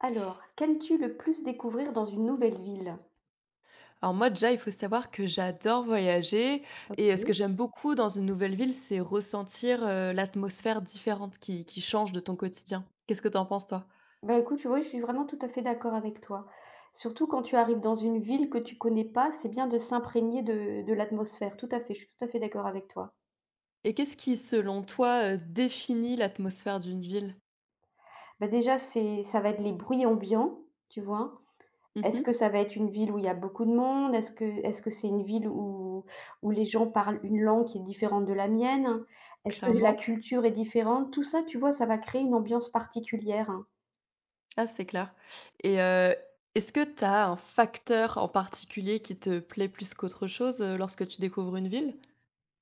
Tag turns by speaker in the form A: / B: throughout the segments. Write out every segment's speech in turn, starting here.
A: Alors, qu'aimes-tu le plus découvrir dans une nouvelle ville?
B: Alors moi déjà, il faut savoir que j'adore voyager, et ce que
A: OK.
B: j'aime beaucoup dans une nouvelle ville, c'est ressentir, l'atmosphère différente qui change de ton quotidien. Qu'est-ce que t'en penses, toi?
A: Bah, écoute, tu vois, je suis vraiment tout à fait d'accord avec toi. Surtout quand tu arrives dans une ville que tu connais pas, c'est bien de s'imprégner de l'atmosphère. Tout à fait, je suis tout à fait d'accord avec toi.
B: Et qu'est-ce qui, selon toi, définit l'atmosphère d'une ville?
A: Bah, déjà, c'est ça va être les bruits ambiants, tu vois? Est-ce que
B: Mmh.
A: ça va être une ville où il y a beaucoup de monde? Est-ce que c'est une ville où les gens parlent une langue qui est différente de la mienne? Est-ce que la
B: Clairement.
A: culture est différente? Tout ça, tu vois, ça va créer une ambiance particulière.
B: Ah, c'est clair, et est-ce que tu as un facteur en particulier qui te plaît plus qu'autre chose, lorsque tu découvres une ville?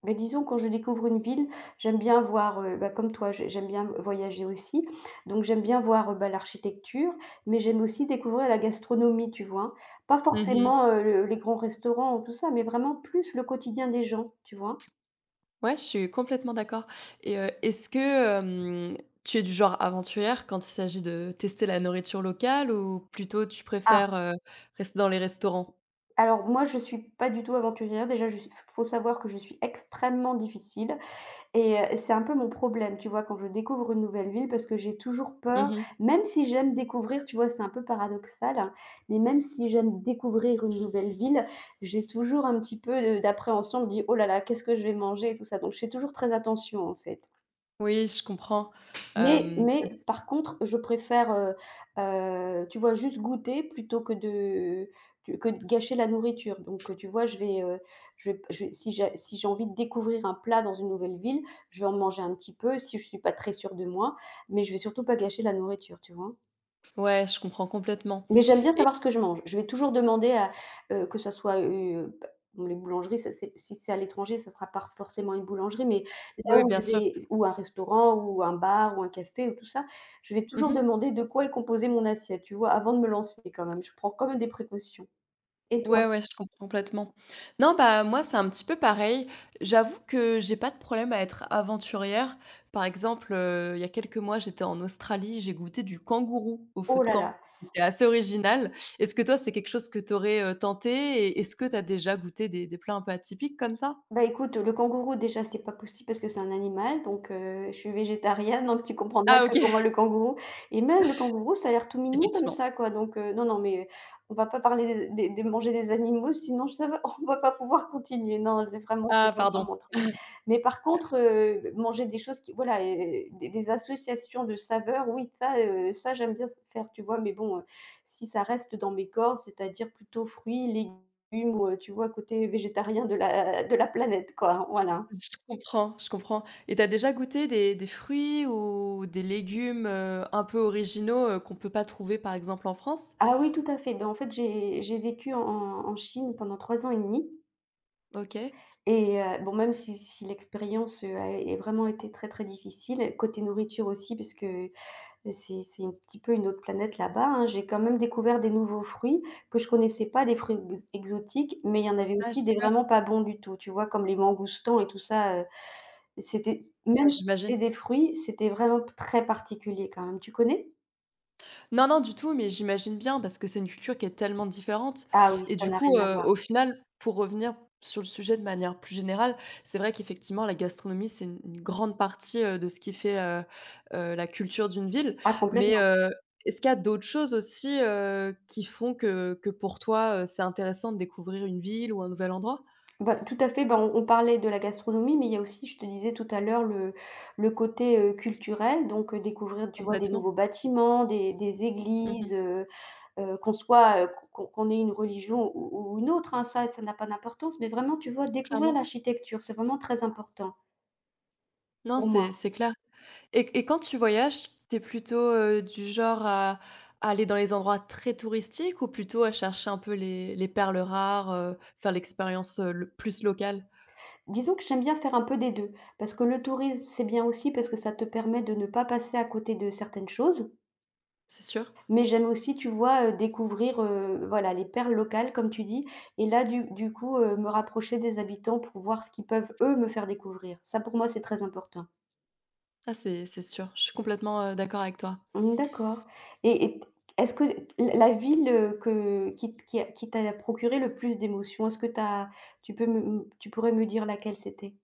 A: Beh, disons quand je découvre une ville, j'aime bien voir, bah, comme toi, j'aime bien voyager aussi. Donc j'aime bien voir, bah, l'architecture, mais j'aime aussi découvrir la gastronomie, tu vois? Hein. Pas
B: Mmh.
A: forcément, le les grands restaurants ou tout ça, mais vraiment plus le quotidien des gens, tu vois?
B: Ouais, je suis complètement d'accord, et est-ce que, hem, tu es du genre aventurière quand il s'agit de tester la nourriture locale, ou plutôt tu
A: Ah,
B: préfères, rester dans les restaurants?
A: alors moi je suis pas du tout aventurière, déjà je faut savoir que je suis extrêmement difficile. Et c'est un peu mon problème, tu vois? Quand je découvre une nouvelle ville parce que j'ai toujours peur,
B: Mmh.
A: même si j'aime découvrir, tu vois? C'est un peu paradoxal, hein, mais même si j'aime découvrir une nouvelle ville, j'ai toujours un petit peu de d'appréhension. Je me dis: «Oh là là, qu'est-ce que je vais manger?» et tout ça, donc je fais toujours très attention, en fait.
B: Oui, je comprends.
A: Mais
B: Hem,
A: mais par contre, je préfère, tu vois, juste goûter plutôt que de que de gâcher la nourriture. Donc, tu vois, je vais p je vais si j'ai envie de découvrir un plat dans une nouvelle ville, je vais en manger un petit peu si je suis pas très sûre de moi, mais je vais surtout pas gâcher la nourriture, tu vois?
B: ouais, je comprends complètement,
A: Mais j'aime bien
B: et
A: savoir ce que je mange. Je vais toujours demander à, que ça soit, bah, bon les boulangeries, ça c'est si c'est à l'étranger, ça sera pas forcément une boulangerie, mais là
B: oui,
A: où
B: bien
A: je
B: sûr.
A: vais ou un restaurant ou un bar ou un café ou tout ça, je vais toujours
B: Mmh.
A: demander de quoi est composée mon assiette, tu vois? Avant de me lancer quand même, je prends quand même des précautions. Et toi?
B: Ouais, ouais, je comprends complètement. Non, bah, moi, c'est un petit peu pareil. J'avoue que j'ai pas de problème à être aventurière. Par exemple, il y a quelques mois, j'étais en Australie, j'ai goûté du kangourou au feu
A: Oh
B: de
A: là
B: camp.
A: là!
B: C'était assez original. Est-ce que toi, c'est quelque chose que tu aurais tenté, et est-ce que tu as déjà goûté des plats un peu atypiques comme ça?
A: Bah, écoute, le kangourou déjà c'est pas possible parce que c'est un animal donc je suis végétarienne donc tu comprendras
B: Ah
A: que
B: OK,
A: pour moi le kangourou et même le kangourou ça a l'air tout mignon comme
B: effectivement.
A: ça quoi donc non, non mais on va pas parler des manger des animaux sinon ça va on va pas pouvoir continuer. Non, j'ai vraiment c'est
B: Ah
A: vraiment pas
B: pardon,
A: mon truc. Mais par contre, manger des choses qui voilà, des associations de saveurs, oui ça, ça j'aime bien faire, tu vois? Mais bon, si ça reste dans mes cordes, c'est-à-dire plutôt fruits, légumes ou tu vois, côté végétarien de la planète, quoi, voilà.
B: je comprends, je comprends, et t'as déjà goûté des fruits ou des légumes, un peu originaux, qu'on peut pas trouver, par exemple, en France?
A: Ah oui, tout à fait. Ben, en fait, j'ai vécu en Chine pendant 3 ans et demi
B: OK.
A: et bon, même si l'expérience, a é vraiment été très, très difficile, côté nourriture aussi, parce que c'est un petit peu une autre planète là-bas, hein. J'ai quand même découvert des nouveaux fruits que je connaissais pas, des fruits ex exotiques, mais il y en avait
B: Ah
A: aussi des
B: super,
A: vraiment pas bons du tout, tu vois? Comme les mangoustans et tout ça, c'était
B: ah
A: même si c'était
B: j'imagine.
A: des fruits, c'était vraiment très particulier quand même. Tu connais?
B: Non, non du tout, mais j'imagine bien parce que c'est une culture qui est tellement différente,
A: Ah oui,
B: et
A: ça
B: du
A: n'a
B: coup,
A: rien à voir.
B: au final, pour revenir sur le sujet de manière plus générale, c'est vrai qu'effectivement la gastronomie, c'est une grande partie, de ce qui fait, la culture d'une ville.
A: Ah
B: Mais,
A: complètement.
B: est-ce qu'il y a d'autres choses aussi, qui font que, pour toi, c'est intéressant de découvrir une ville ou un nouvel endroit?
A: Bah, tout à fait, bah, on parlait de la gastronomie, mais il y a aussi, je te disais tout à l'heure, le côté, culturel, donc découvrir, tu vois, des
B: Complètement.
A: nouveaux bâtiments, des
B: Mmh.
A: églises, qu'on soit, qu'on ait une religion ou une autre, hein, ça n'a pas d'importance, mais vraiment, tu vois, découvrir
B: Clairement.
A: l'architecture, c'est vraiment très important
B: Non,
A: pour moi.
B: c'est clair. Et quand tu voyages, t'es plutôt, du genre à aller dans les endroits très touristiques, ou plutôt à chercher un peu les perles rares, faire l'expérience, le plus locale?
A: Disons que j'aime bien faire un peu des 2, parce que le tourisme, c'est bien aussi parce que ça te permet de ne pas passer à côté de certaines choses.
B: C'est sûr?
A: Mais j'aime aussi, tu vois, découvrir, voilà, les perles locales comme tu dis et là du coup, me rapprocher des habitants pour voir ce qu'ils peuvent, eux, me faire découvrir. Ça pour moi, c'est très important.
B: Ça, c'est sûr. Je suis complètement, d'accord avec toi.
A: Mmh, d'accord, et est-ce que l la ville, que qui a qui t'a procuré le plus d'émotions, est-ce que tu peux me m tu pourrais me dire laquelle c'était?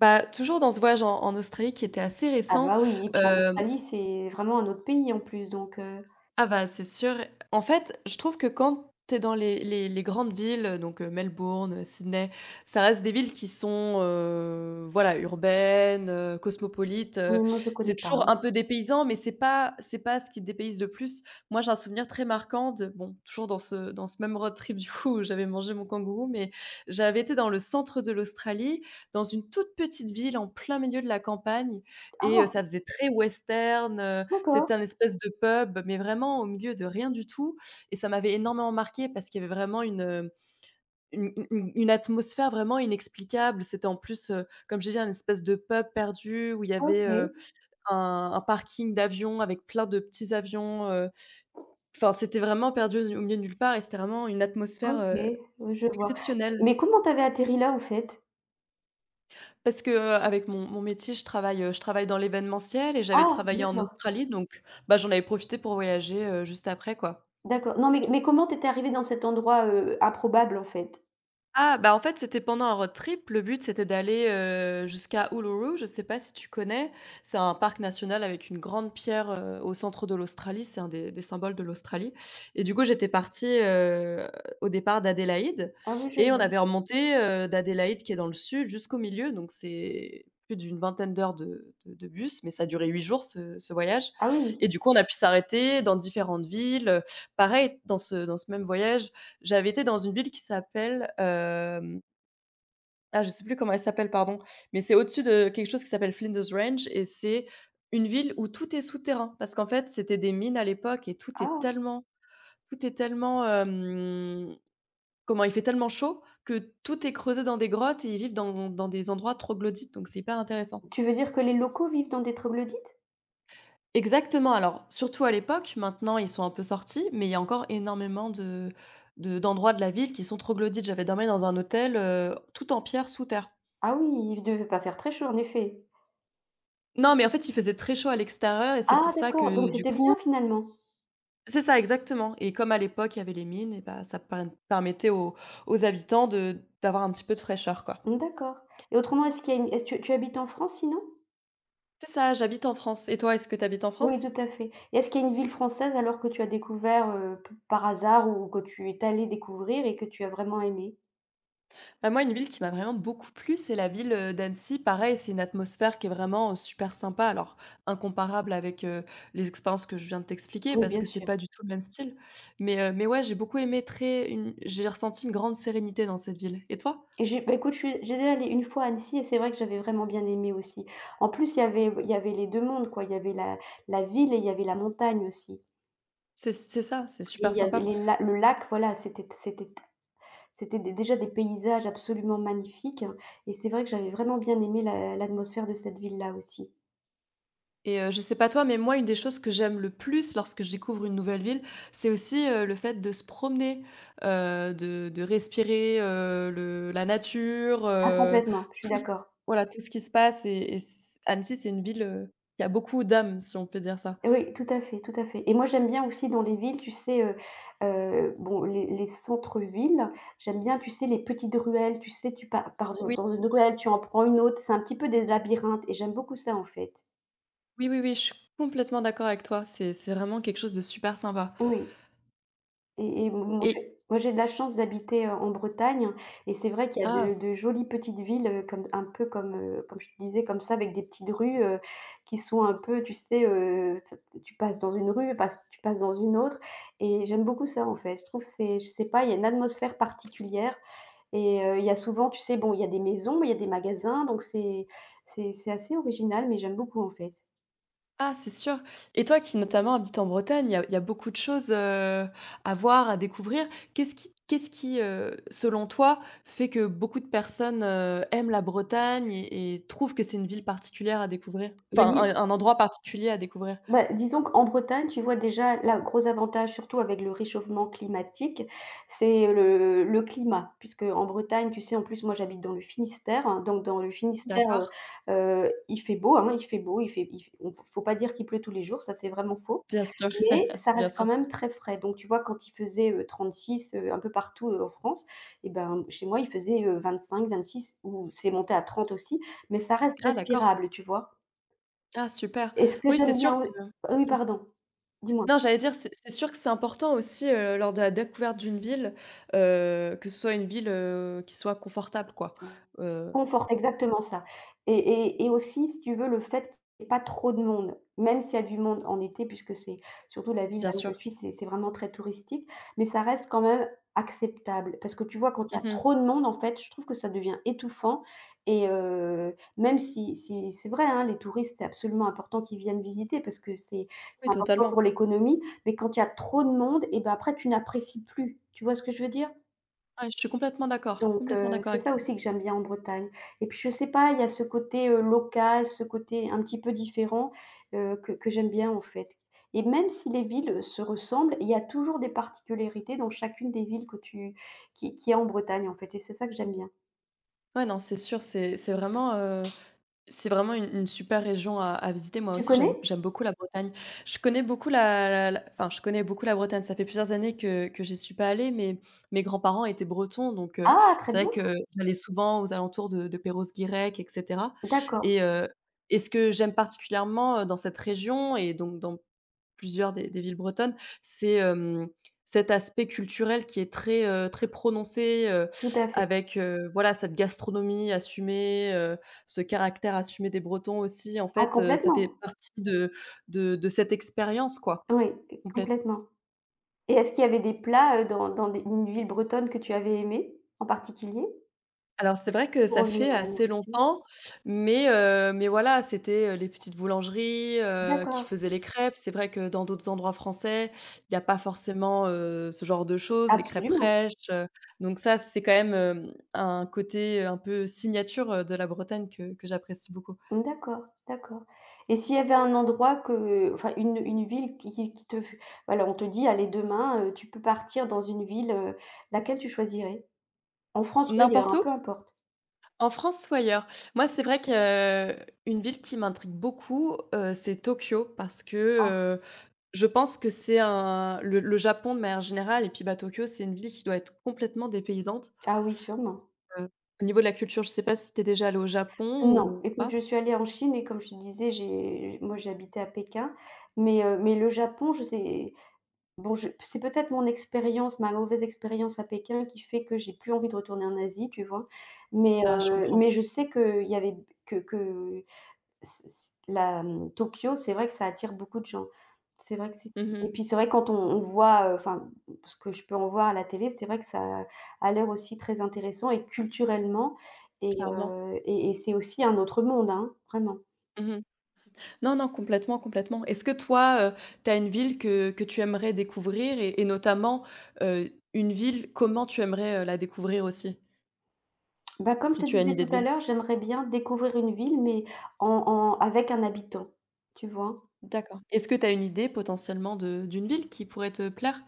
B: Bah, toujours dans ce voyage en Australie qui était assez
A: Ah
B: récent,
A: bah oui et puis en
B: hem
A: Australie, c'est vraiment un autre pays en plus donc
B: Ah bah, c'est sûr. En fait, je trouve que quand tu es dans les grandes villes, donc Melbourne, Sydney, ça reste des villes qui sont, voilà, urbaines, cosmopolites,
A: oui, moi je
B: c'est
A: connais pas.
B: toujours un peu dépaysant, mais c'est pas ce qui te dépayse le plus. Moi, j'ai un souvenir très marquant de, bon, toujours dans ce même road trip, du coup, où j'avais mangé mon kangourou, mais j'avais été dans le centre de l'Australie, dans une toute petite ville en plein milieu de la campagne, et ça
A: Ah!
B: faisait très western,
A: D'accord.
B: c'était un espèce de pub, mais vraiment au milieu de rien du tout, et ça m'avait énormément marqué parce qu'il y avait vraiment une atmosphère vraiment inexplicable. C'était en plus, comme j'ai dit, un espèce de pub perdu où il y
A: OK.
B: avait, un parking d'avions avec plein de petits avions, enfin, c'était vraiment perdu au milieu de nulle part, et c'était vraiment une atmosphère,
A: OK, oui, je vois.
B: exceptionnelle.
A: Mais comment tu avais atterri là, en fait?
B: Parce que, avec mon métier, je travaille dans l'événementiel, et j'avais
A: Ah!
B: travaillé en
A: D'accord,
B: Australie, donc bah, j'en avais profité pour voyager, juste après, quoi.
A: d'accord. Non, mais comment tu étais arrivé dans cet endroit, improbable, en fait?
B: Ah, bah, en fait, c'était pendant un road trip. Le but, c'était d'aller, jusqu'à Uluru. Je sais pas si tu connais? C'est un parc national avec une grande pierre, au centre de l'Australie. C'est un des symboles de l'Australie, et du coup, j'étais partie, au départ d'Adélaïde,
A: Ah oui, je
B: et on
A: vois.
B: avait remonté, d'Adélaïde qui est dans le sud jusqu'au milieu, donc c'est plus d'une vingtaine d'heures de bus, mais ça a duré 8 jours, ce voyage,
A: Ah oui.
B: et du coup, on a pu s'arrêter dans différentes villes. Pareil, dans ce même voyage, j'avais été dans une ville qui s'appelle, ah, je sais plus comment elle s'appelle, pardon, mais c'est au-dessus de quelque chose qui s'appelle Flinders Range, et c'est une ville où tout est souterrain, parce qu'en fait, c'était des mines à l'époque, et
A: Ah!
B: tout est tellement, comment? Il fait tellement chaud que tout est creusé dans des grottes, et ils vivent dans des endroits troglodytes, donc c'est hyper intéressant.
A: Tu veux dire que les locaux vivent dans des troglodytes?
B: Exactement, alors surtout à l'époque, maintenant ils sont un peu sortis, mais il y a encore énormément de d'endroits de la ville qui sont troglodytes. J'avais dormi dans un hôtel, tout en pierre, sous terre.
A: Ah oui, il ne devait pas faire très chaud, en effet.
B: Non, mais en fait, il faisait très chaud à l'extérieur, et c'est
A: Ah
B: pour ça, ah,
A: d'accord, donc
B: que du
A: c'était
B: coup,
A: bien, finalement?
B: c'est ça, exactement, et comme à l'époque, il y avait les mines, et bah, ça permettait aux habitants de d'avoir un petit peu de fraîcheur, quoi.
A: Mmh, d'accord, et autrement, est-ce qu'il y a une est-ce que tu habites en France, sinon?
B: C'est ça, j'habite en France, et toi, est-ce que tu habites en
A: Oui,
B: France?
A: tout à fait et est-ce qu'il y a une ville française, alors, que tu as découvert, p par hasard ou que tu es allé découvrir et que tu as vraiment aimé?
B: Bah, moi, une ville qui m'a vraiment beaucoup plu, c'est la ville, d'Annecy. Pareil, c'est une atmosphère qui est vraiment, super sympa. Alors, incomparable avec, les expériences que je viens de t'expliquer,
A: Oui,
B: parce
A: bien
B: que c'est
A: sûr.
B: pas du tout le même style. Mais ouais, j'ai beaucoup aimé très une j'ai ressenti une grande sérénité dans cette ville, et toi?
A: Et j'ai bah, écoute, je suis j'étais allée une fois à Annecy et c'est vrai que j'avais vraiment bien aimé aussi. En plus, il y avait les 2 mondes, quoi. Il y avait la ville et il y avait la montagne aussi
B: C'est ça, c'est
A: et
B: super
A: il y avait
B: sympa.
A: les la le lac, voilà, c'était dé déjà des paysages absolument magnifiques hein. Et c'est vrai que j'avais vraiment bien aimé la l'atmosphère de cette ville-là aussi.
B: Et je sais pas toi, mais moi, une des choses que j'aime le plus lorsque je découvre une nouvelle ville, c'est aussi, le fait de se promener, de respirer, le la nature,
A: Ah complètement, je suis
B: tout ce
A: d'accord.
B: voilà, tout ce qui se passe, et c Annecy, c'est une ville, qui a beaucoup d'âme, si on peut dire ça.
A: Oui, tout à fait et moi, j'aime bien aussi dans les villes, tu sais, bon, les centres-villes, j'aime bien, tu sais, les petites ruelles, tu sais, tu pa pars dans
B: Oui,
A: une ruelle, tu en prends une autre, c'est un petit peu des labyrinthes et j'aime beaucoup ça, en fait.
B: oui, oui, oui, je suis complètement d'accord avec toi. C'est vraiment quelque chose de super sympa,
A: Oui. Et
B: et
A: moi j'ai de la chance d'habiter, en Bretagne et c'est vrai qu'il y a de
B: ah!
A: jolies petites villes, comme un peu comme, comme je te disais, comme ça, avec des petites rues, qui sont un peu, tu sais, t tu passes dans une rue, passes tu passes dans une autre et j'aime beaucoup ça, en fait. Je trouve que c'est je sais pas, il y a une atmosphère particulière et il y a souvent, tu sais, bon, il y a des maisons, mais il y a des magasins, donc c'est assez original, mais j'aime beaucoup, en fait.
B: Ah, c'est sûr. Et toi qui notamment habites en Bretagne, il y a beaucoup de choses, à voir, à découvrir. Qu'est-ce qui, selon toi, fait que beaucoup de personnes, aiment la Bretagne, et trouvent que c'est une ville particulière à découvrir?
A: Bah,
B: Enfin,
A: dis-
B: un endroit particulier à découvrir?
A: Bah, disons qu'en Bretagne, tu vois déjà là, gros avantage, surtout avec le réchauffement climatique, c'est le climat. Puisque en Bretagne, tu sais, en plus, moi, j'habite dans le Finistère, hein, donc dans le Finistère,
B: D'accord,
A: il fait beau, hein, il fait beau, il fait il f on faut pas dire qu'il pleut tous les jours, ça, c'est vraiment faux.
B: bien sûr,
A: Mais ça
B: bien
A: reste
B: sûr.
A: quand même très frais. Donc tu vois, quand il faisait, 36, un peu partout, en France, et ben, chez moi, il faisait, 25-26 ou c'est monté à 30 aussi, mais ça reste
B: Ah d'accord.
A: respirable, tu vois?
B: Ah super.
A: Et ce que
B: Oui, c'est
A: j'aime bien
B: sûr
A: oui,
B: que,
A: oui,
B: mmh.
A: pardon. Dis-moi.
B: Non, j'allais dire, c'est sûr que c'est important aussi, lors de la découverte d'une ville, que ce soit une ville, qui soit confortable, quoi, heu,
A: Conforte, exactement ça et aussi, si tu veux, le fait qu'il y ait pas trop de monde, même s'il y a du monde en été puisque c'est surtout la ville
B: bien
A: là où je
B: sûr.
A: suis, c'est vraiment très touristique, mais ça reste quand même acceptable parce que tu vois, quand il y a
B: Mmh.
A: trop de monde, en fait, je trouve que ça devient étouffant et même si c'est vrai, hein, les touristes, c'est absolument important qu'ils viennent visiter parce que c'est
B: Oui,
A: important
B: totalement.
A: pour l'économie, mais quand il y a trop de monde et ben après tu n'apprécies plus. Tu vois ce que je veux dire?
B: Ouais, je suis
A: Donc
B: complètement d'accord
A: c'est
B: avec
A: ça
B: toi.
A: aussi que j'aime bien en Bretagne et puis je sais pas, il y a ce côté, local, ce côté un petit peu différent, que j'aime bien en fait et même si les villes se ressemblent, il y a toujours des particularités dans chacune des villes que tu qui qu'il y en Bretagne en fait et c'est ça que j'aime bien.
B: Ouais, non, c'est sûr, c'est vraiment une super région à visiter. Moi
A: Tu
B: aussi, j'aime
A: connais?
B: j'aime beaucoup la Bretagne. Je connais beaucoup la la la enfin, je connais beaucoup la Bretagne. Ça fait plusieurs années que j'y suis pas allée, mais mes grands-parents étaient bretons, donc
A: Ah très
B: c'est
A: bien.
B: vrai que j'allais souvent aux alentours de Perros-Guirec, et cetera,
A: D'accord,
B: et heu et ce que j'aime particulièrement, dans cette région, et donc dans plusieurs des villes bretonnes, c'est, cet aspect culturel qui est très, très prononcé,
A: tout à fait.
B: avec, voilà, cette gastronomie assumée, ce caractère assumé des Bretons aussi. En
A: Ah
B: fait, ça fait
A: complètement.
B: partie de cette expérience, quoi,
A: Oui,
B: complète.
A: complètement et est-ce qu'il y avait des plats, dans des une ville bretonne que tu avais aimé en particulier?
B: Alors c'est vrai que
A: Pour
B: ça
A: revenir
B: fait
A: à la
B: assez
A: nourriture.
B: longtemps, mais mais voilà, c'était, les petites boulangeries, qui
A: D'accord,
B: faisaient les crêpes. C'est vrai que dans d'autres endroits français, il y a pas forcément, ce genre de choses, les crêpes
A: absolument.
B: fraîches, donc ça, c'est quand même, un côté, un peu signature, de la Bretagne que j'apprécie beaucoup.
A: Mmh, d'accord, d'accord et s'il y avait un endroit que enfin une ville qui te voilà, on te dit: «Allez demain, tu peux partir dans une ville», laquelle tu choisirais? En France ou ailleurs,
B: N'importe
A: hein,
B: où?
A: peu importe.
B: En France ou ailleurs? Moi, c'est vrai que, une ville qui m'intrigue beaucoup, c'est Tokyo, parce
A: Ah
B: que, je pense que c'est un le Japon de manière générale. Et puis, bah, Tokyo, c'est une ville qui doit être complètement dépaysante,
A: ah oui, sûrement.
B: heu, au niveau de la culture. Je sais pas si tu es déjà allé au Japon
A: Non,
B: ou
A: écoute,
B: pas?
A: je suis allée en Chine et comme je te disais, j'ai moi j'habitais à Pékin, mais le Japon, je sais bon, je c'est peut-être mon expérience, ma mauvaise expérience à Pékin qui fait que j'ai plus envie de retourner en Asie, tu vois?
B: Ah, je comprends.
A: Mais je sais qu'il y avait que mmh, Tokyo, c'est vrai que ça attire beaucoup de gens. C'est vrai que c'est et
B: Mmh.
A: puis c'est vrai quand on voit, enfin, ce que je peux en voir à la télé, c'est vrai que ça a l'air aussi très intéressant et culturellement et
B: Clairement.
A: et c'est aussi un autre monde, hein, vraiment.
B: Mmh. Non, non, complètement, complètement. Est-ce que toi, tu as une ville que tu aimerais découvrir, et notamment, une ville, comment tu aimerais, la découvrir aussi?
A: Bah, comme je
B: Si
A: te
B: tu as une
A: disais
B: idée
A: tout
B: de
A: à
B: ville?
A: l'heure, j'aimerais bien découvrir une ville, mais en avec un habitant, tu vois?
B: D'accord. Est-ce que tu as une idée potentiellement de d'une ville qui pourrait te plaire?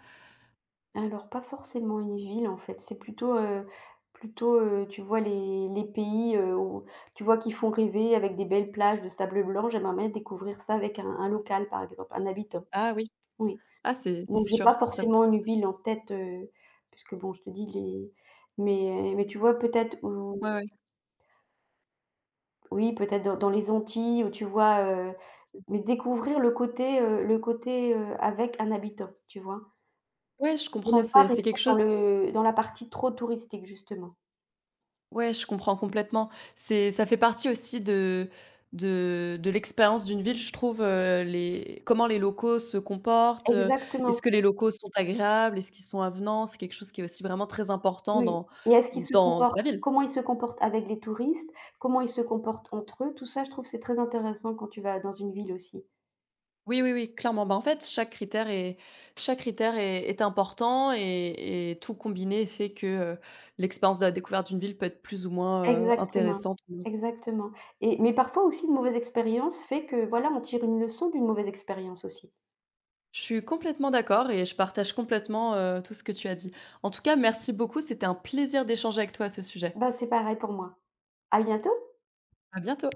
A: Alors pas forcément une ville en fait, c'est plutôt, plutôt, tu vois les pays, où tu vois qui font rêver avec des belles plages de sable blanc, j'aimerais bien découvrir ça avec un local par exemple, un habitant,
B: Ah oui.
A: oui.
B: Ah, c'est
A: Donc j'ai pas
B: sûr, ça
A: forcément
B: pourrait
A: une
B: être,
A: ville en tête, puisque bon je te dis les mais tu vois peut-être où
B: ouais, ouais.
A: oui peut-être dans les Antilles où tu vois, mais découvrir le côté, avec un habitant, tu vois?
B: Ouais, je
A: Pour
B: comprends,
A: ne pas
B: c'est
A: rester
B: quelque
A: dans
B: chose,
A: le dans la partie trop touristique justement.
B: ouais, je comprends complètement. C'est, ça fait partie aussi de l'expérience d'une ville, je trouve, les, comment les locaux se comportent, est-ce
A: Exactement,
B: que les locaux sont agréables, est-ce qu'ils sont avenants? C'est quelque chose qui est aussi vraiment très important
A: oui
B: dans
A: et est-ce qu'ils se
B: dans dans la
A: comportent
B: ville.
A: comment ils se comportent avec les touristes? Comment ils se comportent entre eux? Tout ça, je trouve, c'est très intéressant quand tu vas dans une ville aussi.
B: Oui, oui, oui, clairement. Bah, en fait, chaque critère est important, et tout combiné fait que, heu, l'expérience de la découverte d'une ville peut être plus ou moins,
A: Exactement,
B: intéressante.
A: exactement et mais parfois aussi une mauvaise expérience fait que, voilà, on tire une leçon d'une mauvaise expérience aussi.
B: Je suis complètement d'accord, et je partage complètement, tout ce que tu as dit. En tout cas, merci beaucoup, c'était un plaisir d'échanger avec toi à ce sujet.
A: Bah, c'est pareil pour moi. À bientôt.
B: À bientôt.